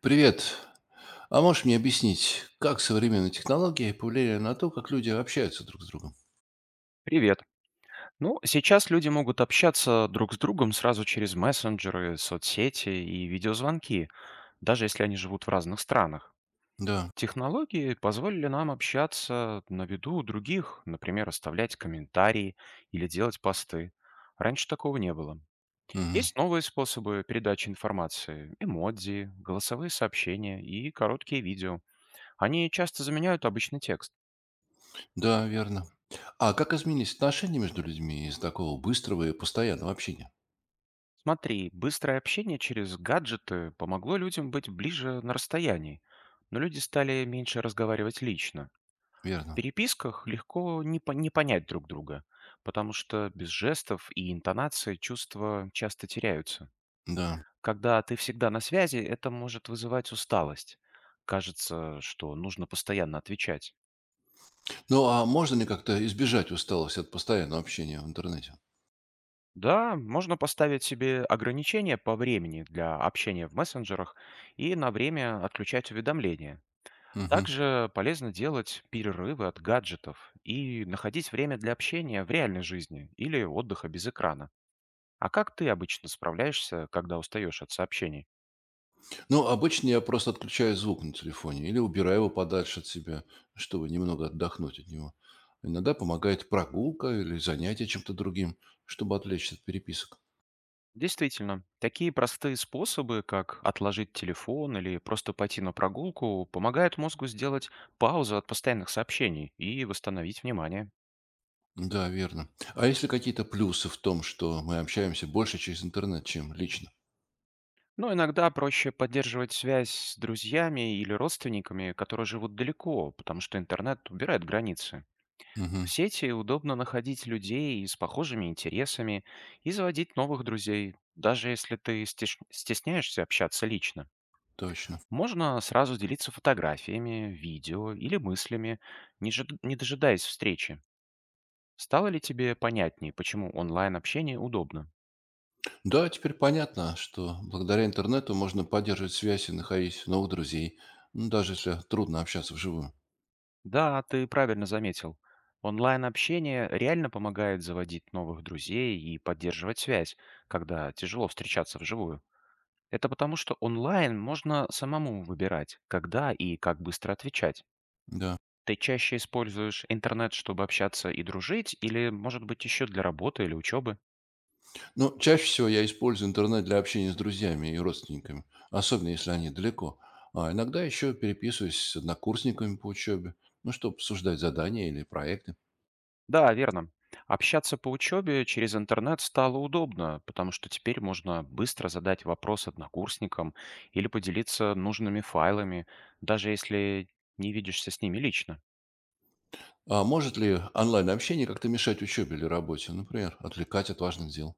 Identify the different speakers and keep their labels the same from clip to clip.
Speaker 1: Привет. А можешь мне объяснить, как современные технологии повлияли на то, как люди общаются друг с другом?
Speaker 2: Привет. Ну, сейчас люди могут общаться друг с другом сразу через мессенджеры, соцсети и видеозвонки, даже если они живут в разных странах.
Speaker 1: Да.
Speaker 2: Технологии позволили нам общаться на виду у других, например, оставлять комментарии или делать посты. Раньше такого не было.
Speaker 1: Мгм.
Speaker 2: Есть новые способы передачи информации, эмодзи, голосовые сообщения и короткие видео. Они часто заменяют обычный текст.
Speaker 1: Да, верно. А как изменились отношения между людьми из такого быстрого и постоянного общения?
Speaker 2: Смотри, быстрое общение через гаджеты помогло людям быть ближе на расстоянии, но люди стали меньше разговаривать лично. В
Speaker 1: Верно.
Speaker 2: переписках легко не понять друг друга, потому что без жестов и интонации чувства часто теряются.
Speaker 1: Да.
Speaker 2: Когда ты всегда на связи, это может вызывать усталость. Кажется, что нужно постоянно отвечать.
Speaker 1: Ну, а можно ли как-то избежать усталости от постоянного общения в интернете?
Speaker 2: Да, можно поставить себе ограничения по времени для общения в мессенджерах и на время отключать уведомления.
Speaker 1: Мгм.
Speaker 2: Также полезно делать перерывы от гаджетов и находить время для общения в реальной жизни или отдыха без экрана. А как ты обычно справляешься, когда устаешь от сообщений?
Speaker 1: Ну, обычно я просто отключаю звук на телефоне или убираю его подальше от себя, чтобы немного отдохнуть от него. Иногда помогает прогулка или занятие чем-то другим, чтобы отвлечься от переписок.
Speaker 2: Действительно, такие простые способы, как отложить телефон или просто пойти на прогулку, помогают мозгу сделать паузу от постоянных сообщений и восстановить внимание.
Speaker 1: Да, верно. А есть ли какие-то плюсы в том, что мы общаемся больше через интернет, чем лично?
Speaker 2: Но иногда проще поддерживать связь с друзьями или родственниками, которые живут далеко, потому что интернет убирает границы. В
Speaker 1: Мгм.
Speaker 2: сети удобно находить людей с похожими интересами и заводить новых друзей, даже если ты стесняешься общаться лично.
Speaker 1: Точно.
Speaker 2: Можно сразу делиться фотографиями, видео или мыслями, не дожидаясь встречи. Стало ли тебе понятнее, почему онлайн-общение удобно?
Speaker 1: Да, теперь понятно, что благодаря интернету можно поддерживать связь и находить новых друзей, ну, даже если трудно общаться вживую.
Speaker 2: Да, ты правильно заметил. Онлайн-общение реально помогает заводить новых друзей и поддерживать связь, когда тяжело встречаться вживую. Это потому, что онлайн можно самому выбирать, когда и как быстро отвечать. Ты чаще используешь интернет, чтобы общаться и дружить, или, может быть, еще для работы или учебы?
Speaker 1: Но чаще всего я использую интернет для общения с друзьями и родственниками, особенно если они далеко. А иногда еще переписываюсь с однокурсниками по учебе, ну, чтобы обсуждать задания или проекты.
Speaker 2: Да, верно. Общаться по учебе через интернет стало удобно, потому что теперь можно быстро задать вопрос однокурсникам или поделиться нужными файлами, даже если не видишься с ними лично.
Speaker 1: А может ли онлайн-общение как-то мешать учебе или работе, например, отвлекать от важных дел?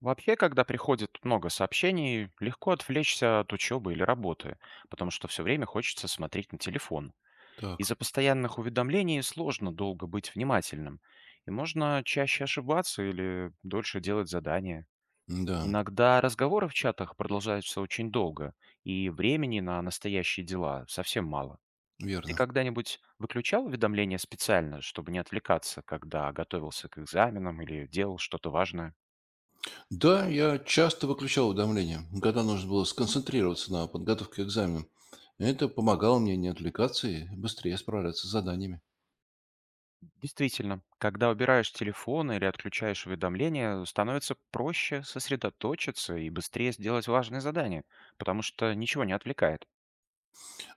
Speaker 2: Вообще, когда приходит много сообщений, легко отвлечься от учебы или работы, потому что все время хочется смотреть на телефон.
Speaker 1: Так,
Speaker 2: Из-за постоянных уведомлений сложно долго быть внимательным, и можно чаще ошибаться или дольше делать задания.
Speaker 1: да,
Speaker 2: Иногда разговоры в чатах продолжаются очень долго, и времени на настоящие дела совсем мало. Ты
Speaker 1: верно.
Speaker 2: когда-нибудь выключал уведомления специально, чтобы не отвлекаться, когда готовился к экзаменам или делал что-то важное?
Speaker 1: Да, я часто выключал уведомления, когда нужно было сконцентрироваться на подготовке к экзаменам. Это помогало мне не отвлекаться и быстрее справляться с заданиями.
Speaker 2: Действительно, когда убираешь телефон или отключаешь уведомления, становится проще сосредоточиться и быстрее сделать важные задания, потому что ничего не отвлекает.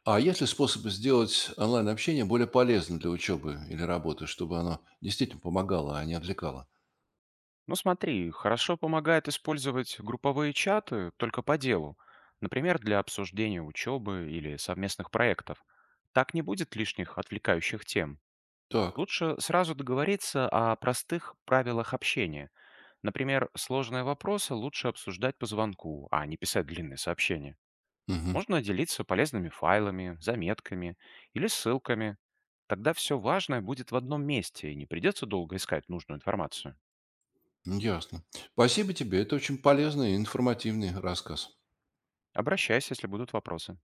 Speaker 1: А есть ли способы сделать онлайн-общение более полезным для учебы или работы, чтобы оно действительно помогало, а не отвлекало?
Speaker 2: Ну смотри, хорошо помогает использовать групповые чаты только по делу, например, для обсуждения учебы или совместных проектов. Так не будет лишних отвлекающих тем.
Speaker 1: Так,
Speaker 2: Лучше сразу договориться о простых правилах общения. Например, сложные вопросы лучше обсуждать по звонку, а не писать длинные сообщения.
Speaker 1: мгм,
Speaker 2: Можно делиться полезными файлами, заметками или ссылками. Тогда все важное будет в одном месте, и не придется долго искать нужную информацию.
Speaker 1: ясно. Спасибо тебе, это очень полезный и информативный рассказ.
Speaker 2: Обращайся, если будут вопросы.